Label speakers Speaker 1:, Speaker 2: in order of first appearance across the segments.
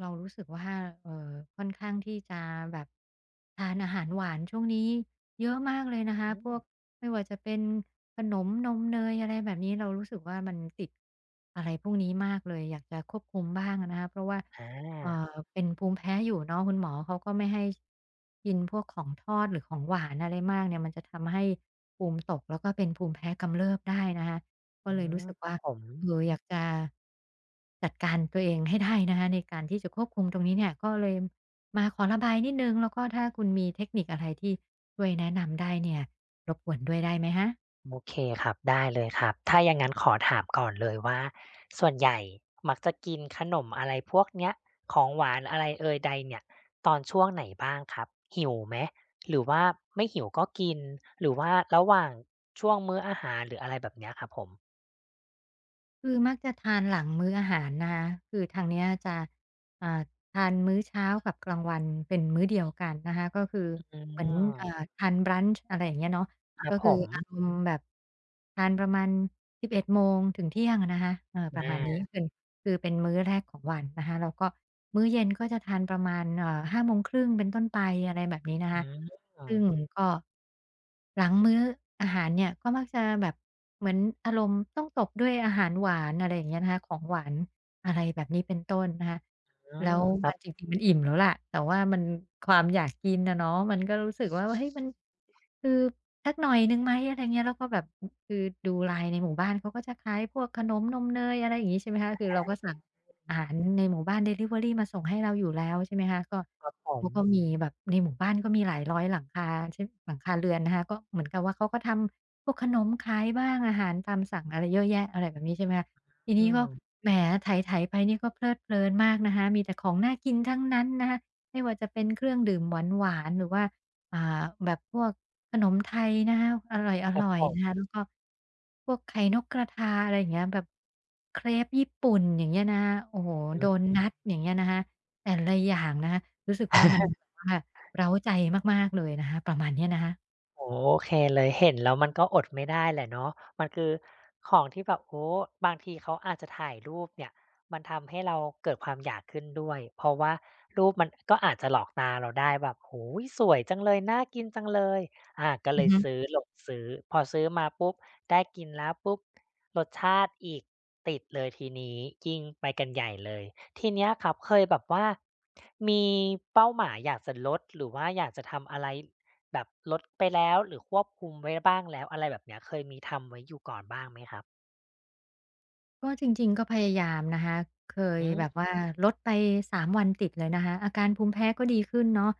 Speaker 1: เรารู้สึกว่าเอ่อค่อนข้างที่จะแบบทานอาหารหวานช่วงนี้เยอะมากเลยนะคะพ
Speaker 2: อืม
Speaker 1: วกไม่ว่าจะเป็นขนมนมเนยอะไรแบบนี้เรารู้สึกว่ามันติดอะไรพวกนี้มากเลยอยากจะควบคุมบ้างอะนะคะเพราะว่า
Speaker 2: อา
Speaker 1: เป็นภูมิแพ้อยู่เนาะคุณหมอเขาก็ไม่ให้กินพวกของทอดหรือของหวานอะไรมากเนี่ยมันจะทำให้ภูมิตกแล้วก็เป็นภูมิแพ้กำเริบได้นะคะ ก็
Speaker 2: อื
Speaker 1: เลยรู้
Speaker 2: ม
Speaker 1: สึก
Speaker 2: ครั
Speaker 1: ว่า
Speaker 2: บผม
Speaker 1: เอออยากจะจัดการตัวเองให้ได้นะคะในการที่จะควบคุมตรงนี้เนี่ยก็เลยมาขอระบายนิดหนึ่งแล้วก็ถ้าคุณมีเทคนิคอะไรที่ช่วยแนะนำได้เนี่ยรบกวนด้วยได้ไหมคะ
Speaker 2: โอเคครับได้เลยครับถ้าอย่างงั้นขอถามก่อนเลยว่าส่วนใหญ่มักจะกินขนมอะไรพวกเนี้ยของหวานอะไรเอยใดเนี่ยตอนช่วงไหนบ้างครับหิวไหมหรือว่าไม่หิวก็กินหรือว่าระหว่างช่วงมื้ออาหารหรืออะไรแบบเนี้ยครับผม
Speaker 1: คือมักจะทานหลังมื้ออาหารนะคะคือทางเนี้ยจะอ่าทานมื้อเช้ากับกลางวันเป็นมื้อเดียวกันนะคะก็คือ
Speaker 2: อื
Speaker 1: เหมือน
Speaker 2: ม
Speaker 1: ทาน bra นช์อะไรอย่างเงี้ยเนาะ
Speaker 2: ครั
Speaker 1: ก็
Speaker 2: บผ
Speaker 1: คือ
Speaker 2: ม
Speaker 1: อารมณ์แบบทานประมาณ11โมงถึงเที่ยงอะนะคะเออป
Speaker 2: อ
Speaker 1: ระมาณนี้
Speaker 2: า
Speaker 1: เป็น คือเป็นมื้อแรกของวันนะคะแล้วก็มื้อเย็นก็จะทานประมาณห้าโมงครึ่งเป็นต้นไปอะไรแบบนี้นะ
Speaker 2: อื
Speaker 1: คะ
Speaker 2: ม
Speaker 1: ซึ่งก็หลังมื้ออาหารเนี่ยก็มักจะแบบเหมือนอารมณ์ต้องตบด้วยอาหารหวานอะไรอย่างเงี้ยนะคะของหวานอะไรแบบนี้เป็นต้นนะคะ
Speaker 2: อื
Speaker 1: แล้
Speaker 2: ม
Speaker 1: ว
Speaker 2: ครั
Speaker 1: มั
Speaker 2: บ
Speaker 1: นจริงๆมันอิ่มแล้วล่ะแต่ว่ามันความอยากกินอะเนาะมันก็รู้สึกว่าเฮ้ยมันคือ สักหน่อยหนึ่งไหมอะไรเงี้ยแล้วก็แบบอคือดูไลน์ในหมู่บ้านเขาก็จะขายพวกขนมนมเนยอะไรอย่างงี้ใช่ไหมคะคือเราก็สั่งอาหารในหมู่บ้านดิลิเวอรีมาส่งให้เราอยู่แล้วใช่ไหมคะก็
Speaker 2: ผม
Speaker 1: เขาก็มีแบบในหมู่บ้านก็มีหลายร้อยหลังคาใช่หลังคาเรือนนะคะก็เหมือนกับว่าเขาก็ทำพวกขนมขายบ้างอาหารตามสั่งอะไรเยอะแยะอะไรแบบนี้ใช่ไหมคะที
Speaker 2: อื
Speaker 1: นี้ก็
Speaker 2: ม
Speaker 1: แหมไถๆไปนี่ก็เพลิดเพลินมากนะคะมีแต่ของน่ากินทั้งนั้นนะคะไม่ว่าจะเป็นเครื่องดื่มหวานๆหรือว่า อ่าแบบพวกขนมไทยนะคะอร่อย
Speaker 2: ครั
Speaker 1: อ
Speaker 2: บผ
Speaker 1: ๆนะ
Speaker 2: ม
Speaker 1: คะแล้วก็พวกไข่นกกระทาอะไรอย่างเงี้ยแบบเครปญี่ปุ่นอย่างเงี้ยนะคะโอ้โฮ
Speaker 2: อื
Speaker 1: โด
Speaker 2: ม
Speaker 1: นัตอย่างเงี้ยนะคะแต่ละอย่างนะคะรู้สึกว่ามันแบบว่าเร้าใจมากๆเลยนะคะประมาณเนี้ยนะคะ
Speaker 2: โอ้โฮโอเคเลยเห็นแล้วมันก็อดไม่ได้แหละเนาะมันคือของที่แบบโอ้บางทีเขาอาจจะถ่ายรูปเนี่ยมันทำให้เราเกิดความอยากขึ้นด้วยเพราะว่ารูปมันก็อาจจะหลอกตาเราได้แบบโอ้โฮสวยจังเลยน่ากินจังเลยอาก็
Speaker 1: อื
Speaker 2: เล
Speaker 1: อ
Speaker 2: ย
Speaker 1: ฮึ
Speaker 2: ซื้อหลงซื้อพอซื้อมาปุ๊บได้กินแล้วปุ๊บรสชาติอีกติดเลยทีนี้ยิ่งไปกันใหญ่เลยทีเนี้ยครับเคยแบบว่ามีเป้าหมายอยากจะลดหรือว่าอยากจะทำอะไร แบบลดไปแล้วหรือควบคุมไว้บ้างแล้วอะไรแบบเนี้ยเคยมีทำไว้อยู่ก่อนบ้างไหมครับ
Speaker 1: ก็จริงๆก็พยายามนะคะ เคย
Speaker 2: อื
Speaker 1: แบบ
Speaker 2: ม
Speaker 1: ว่าลดไป3วันติดเลยนะคะอาการภูมิแพ้ก็ดีขึ้นเนาะ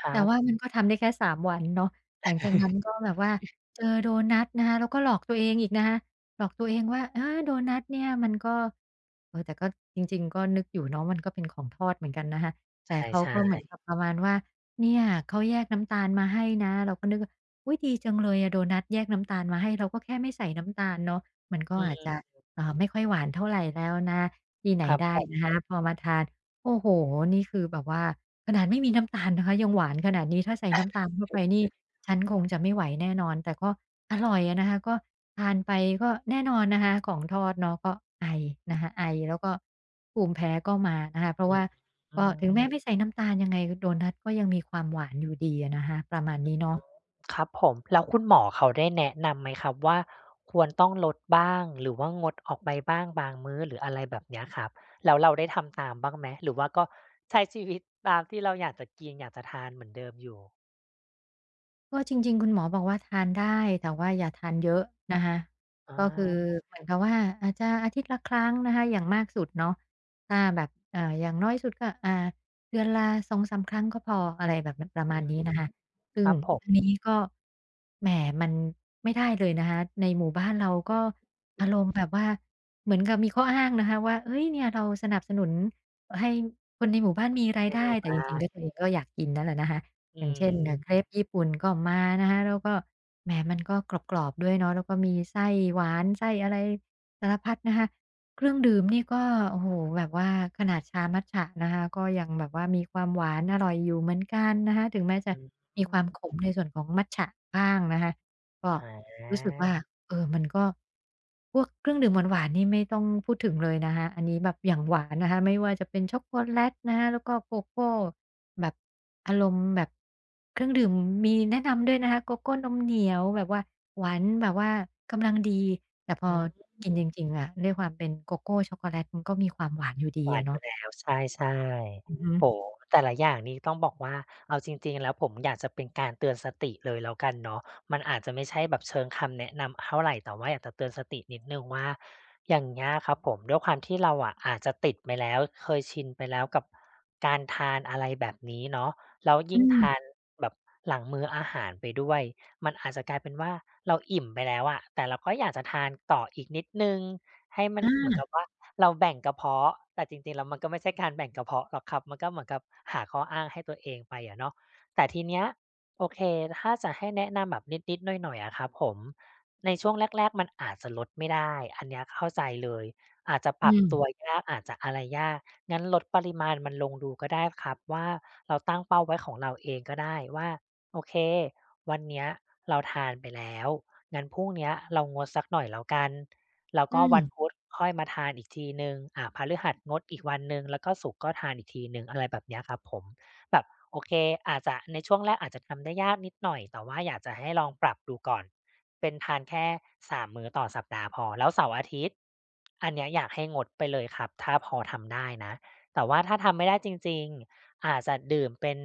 Speaker 2: ค
Speaker 1: แต่
Speaker 2: รับ
Speaker 1: ว่ามันก็ทำได้แค่3วันเนาะหลังจากนั้นก็แบบว่าเจอโดนัทนะคะแล้วก็หลอกตัวเองอีกนะคะหลอกตัวเองว่าอาโดนัทเนี่ยมันก็เออแต่ก็จริงๆก็นึกอยู่เนาะมันก็เป็นของทอดเหมือนกันนะคะแต่เขา
Speaker 2: ใช่
Speaker 1: ก็เหมือนกับประมาณว่าเนี่ยเขาแยกน้ำตาลมาให้นะเราก็นึกว่าอุ๊ยดีจังเลยอะโดนัทแยกน้ำตาลมาให้เราก็แค่ไม่ใส่น้ำตาลเนาะมันก็
Speaker 2: ๆอื
Speaker 1: อาจจะ
Speaker 2: ม
Speaker 1: ไม่ค่อยหวานเท่าไรแล้วนะที่ไหน
Speaker 2: ครับผ
Speaker 1: ได้
Speaker 2: ม
Speaker 1: นะคะพอมาทานโอ้โฮนี่คือแบบว่าขนาดไม่มีน้ำตาลนะคะยังหวานขนาดนี้ถ้าใส่น้ำตาลเข้าไปนี่ฉันคงจะไม่ไหวแน่นอนแต่ก็อร่อยอะนะคะก็ทานไปก็แน่นอนนะคะของทอดเนาะก็ไอนะคะไอแล้วก็ภูมิแพ้ก็มานะคะเพราะ
Speaker 2: อืม
Speaker 1: ว่า
Speaker 2: อื
Speaker 1: ก็
Speaker 2: ม
Speaker 1: ถึงแม้ไม่ใส่น้ำตาลยังไงโดนัตก็ยังมีความหวานอยู่ดีอะนะคะประมาณนี้เนาะ
Speaker 2: ครับผมแล้วคุณหมอเขาได้แนะนำไหมครับว่าควรต้องลดบ้างหรือว่างดออกไปบ้างบางมื้อหรืออะไรแบบเนี้ยครับแล้วเราได้ทำตามบ้างไหมหรือว่าก็ใช้ชีวิตตามที่เราอยากจะกินอยากจะทานเหมือนเดิมอยู่
Speaker 1: ก็จริงๆคุณหมอบอกว่าทานได้แต่ว่าอย่าทานเย
Speaker 2: อื
Speaker 1: อะ
Speaker 2: ม
Speaker 1: นะคะ
Speaker 2: อ
Speaker 1: ก็คือ
Speaker 2: า
Speaker 1: เหมือนกับว่าอาจจะอาทิตย์ละครั้งนะคะอย่างมากสุดเนาะถ้าแบบอย่างน้อยสุดก็เดือนละสองสามครั้งก็พออะไรแบบนั้นประ
Speaker 2: อื
Speaker 1: มาณ
Speaker 2: ม
Speaker 1: นี้นะคะ
Speaker 2: ค
Speaker 1: ซึ่ง
Speaker 2: รับผม
Speaker 1: อันนี้ก็แหมมันไม่ได้เลยนะคะในหมู่บ้านเราก็อารมณ์แบบว่าเหมือนกับมีข้ออ้างนะคะว่าเฮ้ยเนี่ยเราสนับสนุนให้คนในหมู่บ้านมีรา
Speaker 2: ใน
Speaker 1: ย
Speaker 2: ห
Speaker 1: ได้
Speaker 2: มู่
Speaker 1: แต่จ
Speaker 2: บ้า
Speaker 1: ริงๆ
Speaker 2: น
Speaker 1: ก็ตัวเองก็อยากกินนั่นแหละนะคะ อ
Speaker 2: อื
Speaker 1: ย่างเช่นเคร
Speaker 2: ม
Speaker 1: ปญี่ปุ่นก็มานะคะแล้วก็แหมมันก็กรอบๆด้วยเนาะแล้วก็มีไส้หวานไส้อะไรสารพัดนะคะเครื่องดื่มนี่ก็โอ้โฮแบบว่าขนาดชามัตจะนะคะก็ยังแบบว่ามีความหวานอร่อยอยู่เหมือนกันนะคะถึงแม้จะ
Speaker 2: อืม
Speaker 1: มีความขมในส่วนของมัตจะบ้างนะคะก็
Speaker 2: อ
Speaker 1: รู้สึกว่า
Speaker 2: า
Speaker 1: มันก็พวกเครื่องดื่มหวานๆนี่ไม่ต้องพูดถึงเลยนะคะอันนี้แบบอย่างหวานนะคะไม่ว่าจะเป็นช็อกโกแลตนะคะแล้วก็โกโก้แบบอารมณ์แบบเครื่องดื่มมีแนะนำด้วยนะคะโกโก้นมเหนียวแบบว่าหวานแบบว่ากำลังดีแต่พอ
Speaker 2: อืม
Speaker 1: กินจริงๆอะด้วยความเป็นโกโก้ช็อกโกแลตมันก็มีความหวานอยู่ดี
Speaker 2: หวาน
Speaker 1: อะ
Speaker 2: อ
Speaker 1: เนาะ
Speaker 2: ยู่แล้วใช่
Speaker 1: อือฮึ
Speaker 2: ๆโอ้โฮแต่ละอย่างนี้ต้องบอกว่าเอาจริงๆแล้วผมอยากจะเป็นการเตือนสติเลยแล้วกันเนาะมันอาจจะไม่ใช่แบบเชิงคำแนะนำเท่าไรแต่ว่าอยากจะเตือนสตินิดหนึ่งว่าอย่างเงี้ยครับผมด้วยความที่เราอะอาจจะติดไปแล้วเคยชินไปแล้วกับการทานอะไรแบบนี้เนาะแล้ว
Speaker 1: อื
Speaker 2: ยิ่งทาน
Speaker 1: ม
Speaker 2: แบบหลังมื้ออาหารไปด้วยมันอาจจะกลายเป็นว่าเราอิ่มไปแล้วอะแต่เราก็อยากจะทานต่ออีกนิดหนึ่ง ให้มัน
Speaker 1: อา
Speaker 2: เหมือนกับว่าเราแบ่งกระเพาะแต่จริงๆแล้วมันก็ไม่ใช่การแบ่งกระเพาะหรอกครับมันก็เหมือนกับหาข้ออ้างให้ตัวเองไปอะเนาะแต่ทีเนี้ยโอเคถ้าจะให้แนะนำแบบนิดๆหน่อยๆอะครับผมในช่วงแรกๆมันอาจจะลดไม่ได้อันเนี้ยเข้าใจเลยอาจจะป
Speaker 1: อื
Speaker 2: รับ
Speaker 1: ม
Speaker 2: ตัวยากอาจจะอะไรยากงั้นลดปริมาณมันลงดูก็ได้ครับว่าเราตั้งเป้าไว้ของเราเองก็ได้ว่าโอเควันเนี้ยเราทานไปแล้วงั้นพรุ่งเนี้ยเรางดสักหน่อยแล้วกัน แล้ว
Speaker 1: อื
Speaker 2: ก็วันพุ
Speaker 1: ม
Speaker 2: ธค่อยมาทานอีกทีหนึ่งอ่าพฤหัสงดอีกวันหนึ่งแล้วก็ศุกร์ก็ทานอีกทีหนึ่งอะไรแบบเนี้ยครับผมแบบโอเคอาจจะในช่วงแรกอาจจะทำได้ยากนิดหน่อยแต่ว่าอยากจะให้ลองปรับดูก่อนเป็นทานแค่3มมื้อต่อสัปดาห์พอแล้วเสาร์อาทิตย์อันเนี้ยอยากให้งดไปเลยครับถ้าพอทำได้นะแต่ว่าถ้าทำไม่ได้จริงๆอาจจะดื่มเป็น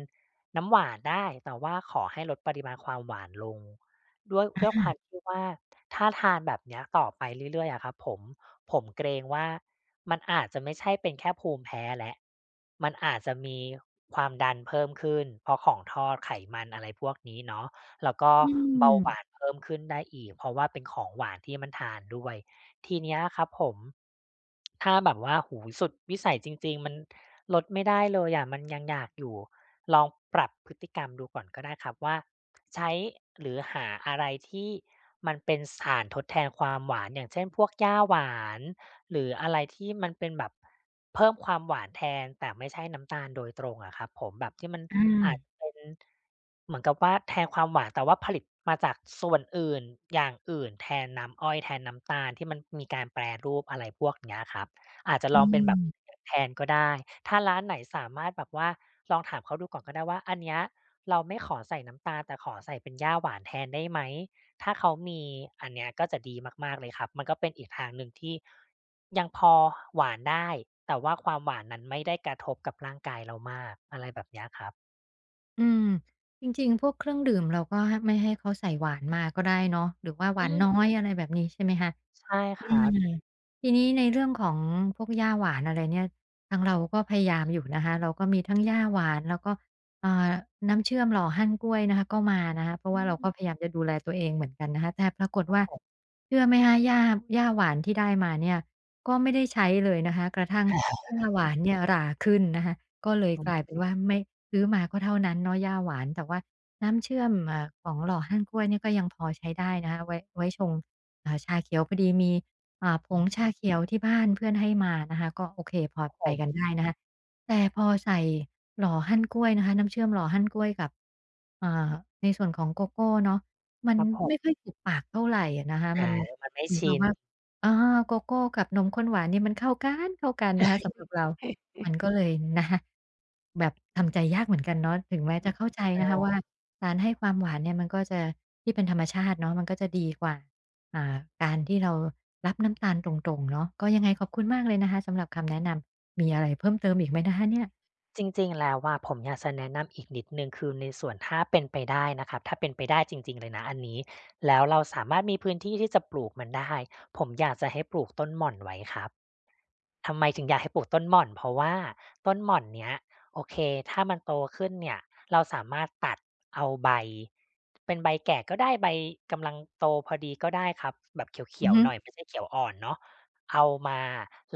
Speaker 2: น้ำหวานได้แต่ว่าขอให้ลดปริมาณความหวานลงด้วยด้วยความที่ว่า ถ้าทานแบบเนี้ยต่อไปเรื่อยๆอะครับผมผมเกรงว่ามันอาจจะไม่ใช่เป็นแค่ภูมิแพ้แล้วมันอาจจะมีความดันเพิ่มขึ้นเพราะของทอดไขมันอะไรพวกนี้เนาะแล้วก็
Speaker 1: อืม
Speaker 2: เบาหวานเพิ่มขึ้นได้อีกเพราะว่าเป็นของหวานที่มันทานด้วยทีเนี้ยครับผมถ้าแบบว่าโอ้โฮสุดวิสัยจริงๆมันลดไม่ได้เลยอะมันยังอยากอยู่ ลองปรับพฤติกรรมดูก่อนก็ได้ครับว่าใช้หรือหาอะไรที่มันเป็นสารทดแทนความหวานอย่างเช่นพวกหญ้าหวานหรืออะไรที่มันเป็นแบบเพิ่มความหวานแทนแต่ไม่ใช่น้ำตาลโดยตรงอะครับผมแบบที่มัน
Speaker 1: อา
Speaker 2: อาจจะเป็นเหมือนกับว่าแทนความหวานแต่ว่าผลิตมาจากส่วนอื่นอย่างอื่นแทนน้ำอ้อยแทนน้ำตาลที่มันมีการแปรรูปอะไรพวกเนี้ยครับ อาจจะล
Speaker 1: อื
Speaker 2: องเป็นแบบ
Speaker 1: ม
Speaker 2: แทนก็ได้ถ้าร้านไหนสามารถแบบว่าลองถามเขาดูก่อนก็ได้ว่าอันเนี้ยเราไม่ขอใส่น้ำตาลแต่ขอใส่เป็นหญ้าหวานแทนได้ไหม ถ้าเขามีอันเนี้ยก็จะดีมากๆเลยครับมันก็เป็นอีกทางหนึ่งที่ยังพอหวานได้แต่ว่าความหวานนั้นไม่ได้กระทบกับร่างกายเรามากอะไรแบบเนี้ยครับ
Speaker 1: อืมจริงๆพวกเครื่องดื่มเราก็ไม่ให้เขาใส่หวานมาก็ได้เนาะหรือว่าหวา
Speaker 2: อื
Speaker 1: น
Speaker 2: ม
Speaker 1: น้อยอะไรแบบนี้ใช่ไหมคะ
Speaker 2: ใช่ค
Speaker 1: อื
Speaker 2: รั
Speaker 1: ม
Speaker 2: บ
Speaker 1: ทีนี้ในเรื่องของพวกหญ้าหวานอะไรเนี่ยทางเราก็พยายามอยู่นะคะเราก็มีทั้งหญ้าหวานแล้วก็เอ่อน้ำเชื่อมหล่อฮั่นกล้วยนะคะก็มานะคะเพราะ
Speaker 2: อื
Speaker 1: ว่าเราก็พ
Speaker 2: ม
Speaker 1: ยายามจะดูแลตัวเองเหมือนกันนะคะแต่ปรากฏว่าเชื่อไหมคะหญ้าหวานที่ได้มาเนี่ยก็ไม่ได้ใช้เลยนะคะกระทั่งหญ้าหวานเนี่ยราขึ้นนะคะก็เลย
Speaker 2: อื
Speaker 1: กลาย
Speaker 2: ม
Speaker 1: เป็นว่าไม่ซื้อมาก็เท่านั้นเนาะหญ้าหวานแต่ว่าน้ำเชื่อมของหล่อฮั่นกล้วยเนี่ยก็ยังพอใช้ได้นะคะไว้ชงอ่าชาเขียวพอดีมี อ่าผงชาเขียวที่บ้านเพื่อนให้มานะคะก็โอเคพอ
Speaker 2: ค
Speaker 1: ไป
Speaker 2: รับ
Speaker 1: กัน
Speaker 2: ผม
Speaker 1: ได้นะคะแต่พอใส่หล่อฮั่นกล้วยนะคะน้ำเชื่อมหล่อฮั่นกล้วยกับอ่าในส่วนของโกโก้เนาะมัน
Speaker 2: ครับผ
Speaker 1: ไม่ค่อ
Speaker 2: ม
Speaker 1: ยถูกปากเท่าไรอะนะคะมั
Speaker 2: อา
Speaker 1: น
Speaker 2: มันไม่
Speaker 1: เหมือนกั
Speaker 2: ชิ
Speaker 1: บ
Speaker 2: น
Speaker 1: ว่าอาโกโก้กับนมข้นหวานเนี่ยมันเข้ากันนะคะสำหรับเรามันก็เลยนะคะแบบทำใจยากเหมือนกันเนาะถึงแม้
Speaker 2: อื
Speaker 1: จะ
Speaker 2: ม
Speaker 1: เข้าใจ
Speaker 2: ใ
Speaker 1: นะคะว่า
Speaker 2: ช่
Speaker 1: การให้ความหวานเนี่ยมันก็จะที่เป็นธรรมชาติเนาะมันก็จะดีกว่า อ่าการที่เรารับน้ำตาลตรงๆเนาะก็ยังไงขอบคุณมากเลยนะคะสำหรับคำแนะนำมีอะไรเพิ่มเติมอีกไหมนะคะเนี่ย
Speaker 2: จริงๆแล้วอะผมอยากจะแนะนำอีกนิดหนึ่งคือในส่วนถ้าเป็นไปได้นะครับถ้าเป็นไปได้จริงๆเลยนะอันนี้แล้วเราสามารถมีพื้นที่ที่จะปลูกมันได้ผมอยากจะให้ปลูกต้นหม่อนไว้ครับทำไมถึงอยากให้ปลูกต้นหม่อนเพราะว่าต้นหม่อนเนี้ยโอเคถ้ามันโตขึ้นเนี่ยเราสามารถตัดเอาใบเป็นใบแก่ก็ได้ใบกำลังโตพอดีก็ได้ครับแบบเขี
Speaker 1: อือ
Speaker 2: ยว
Speaker 1: ฮึ
Speaker 2: ๆหน่อยไม่ใช่เขียวอ่อนเนาะเอามา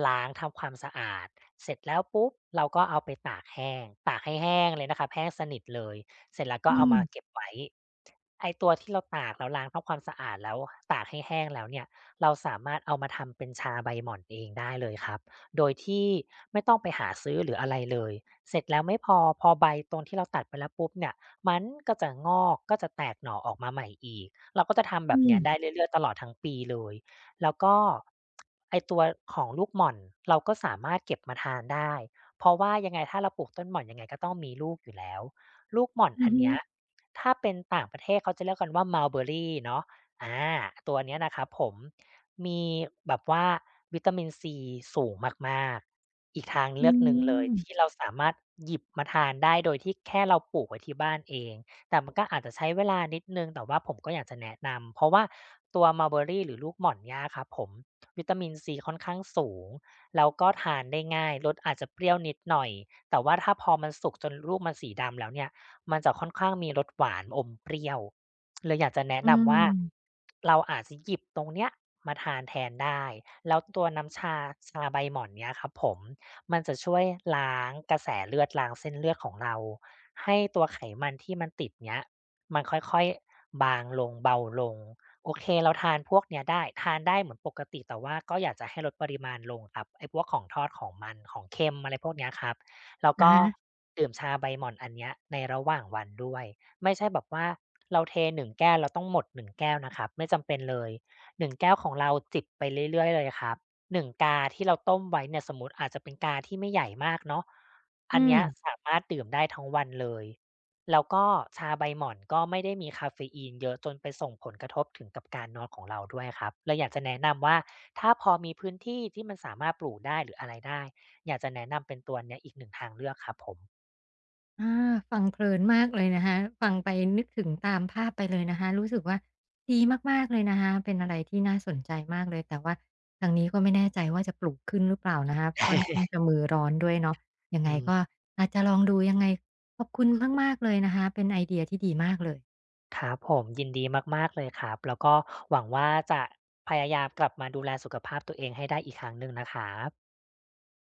Speaker 2: ล้างทำความสะอาด เสร็จแล้วปุ๊บเราก็เอาไปตากแห้งตากให้แห้งเลยนะครับแห้งสนิทเลยเสร็จแล้วก็
Speaker 1: อื
Speaker 2: เอา
Speaker 1: ม
Speaker 2: มาเก็บไว้ไอ้ตัวที่เราตากเราล้างทำความสะอาดแล้วตากให้แห้งแล้วเนี่ยเราสามารถเอามาทำเป็นชาใบหม่อนเองได้เลยครับโดยที่ไม่ต้องไปหาซื้อหรืออะไรเลยเสร็จแล้วไม่พอใบตรงที่เราตัดไปแล้วปุ๊บเนี่ยมันก็จะงอกก็จะแตกหน่อออกมาใหม่อีกเราก็จะทำแบ
Speaker 1: อื
Speaker 2: บเนี้
Speaker 1: ม
Speaker 2: ยได้เรื่อยๆตลอดทั้งปีเลย แล้วก็ไอ้ตัวของลูกหม่อนเราก็สามารถเก็บมาทานได้เพราะว่ายังไงถ้าเราปลูกต้นหม่อนยังไงก็ต้องมีลูกอยู่แล้วลูกหม่อน
Speaker 1: อือ
Speaker 2: อัน
Speaker 1: ฮึ
Speaker 2: เนี้ยถ้าเป็นต่างประเทศเขาจะเรียกกันว่า mulberry เนาะอาตัวเนี้ยนะครับผมมีแบบว่าวิตามินซีสูงมากๆอีกทาง
Speaker 1: อื
Speaker 2: เลือกหนึ่งเลย
Speaker 1: ม
Speaker 2: ที่เราสามารถหยิบมาทานได้โดยที่แค่เราปลูกไว้ที่บ้านเอง แต่มันก็อาจจะใช้เวลานิดหนึ่งแต่ว่าผมก็อยากจะแนะนำเพราะว่าตัว Mulberry หรือลูกหม่อนเนี่ยครับผมวิตามินซีค่อนข้างสูงแล้วก็ทานได้ง่ายรสอาจจะเปรี้ยวนิดหน่อยแต่ว่าถ้าพอมันสุกจนลูกมันสีดำแล้วเนี่ยมันจะค่อนข้างมีรสหวานอมเปรี้ยวเลยอยากจะแนะ
Speaker 1: อื
Speaker 2: นำ
Speaker 1: ม
Speaker 2: ว่าเราอาจจะหยิบตรงเนี้ยมาทานแทนได้แล้วตัวน้ำชาชาใบหม่อนเนี่ยครับผมมันจะช่วยล้างกระแสเลือดล้างเส้นเลือดของเรา ให้ตัวไขมันที่มันติดเนี้ยมันค่อยๆบางลงเบาลงโอเคเราทานพวกเนี้ยได้ทานได้เหมือนปกติแต่ว่าก็อยากจะให้ลดปริมาณลงครับไอ้พวกของทอดของมันของเค็มอะไรพวกเนี้ยครับแล้ว
Speaker 1: อะ
Speaker 2: ก็
Speaker 1: ฮะ
Speaker 2: ดื่มชาใบหม่อนอันเนี้ยในระหว่างวันด้วยไม่ใช่แบบว่าเราเทหน1แก้วเราต้องหมด1แก้วนะครับไม่จำเป็นเลย1แก้วของเราจิบไปเรื่อยๆเลยครับ 1กาที่เราต้มไว้เนี่ยสมมุติอาจจะเป็นกาที่ไม่ใหญ่มากเนาะ
Speaker 1: อื
Speaker 2: อันเนี้ย
Speaker 1: ม
Speaker 2: สามารถดื่มได้ทั้งวันเลยแล้วก็ชาใบหม่อนก็ไม่ได้มีกาเฟอีนเยอะจนไปส่งผลกระทบถึงกับการนอนของเราด้วยครับเลยอยากจะแนะนำว่าถ้าพอมีพื้นที่ที่มันสามารถปลูกได้หรืออะไรได้อยากจะแนะนำเป็นตัวเนี้ยอีกหนึ่งทางเลือกครับผม
Speaker 1: อาฟังเพลินมากเลยนะคะฟังไปนึกถึงตามภาพไปเลยนะคะรู้สึกว่าดีมากๆเลยนะคะเป็นอะไรที่น่าสนใจมากเลยแต่ว่าทางนี้ก็ไม่แน่ใจว่าจะปลูกขึ้นหรือเปล่านะคะค่อนข้างจะมือร้อนด้วยเนาะยังไง
Speaker 2: อื
Speaker 1: ก็
Speaker 2: ม
Speaker 1: อาจจะลองดูยังไงขอบคุณมากๆเลยนะคะเป็นไอเดียที่ดีมากเลย
Speaker 2: ครับผมยินดีมากๆเลยครับแล้วก็หวังว่าจะพยายามกลับมาดูแลสุขภาพตัวเองให้ได้อีกครั้งหนึ่งนะครับ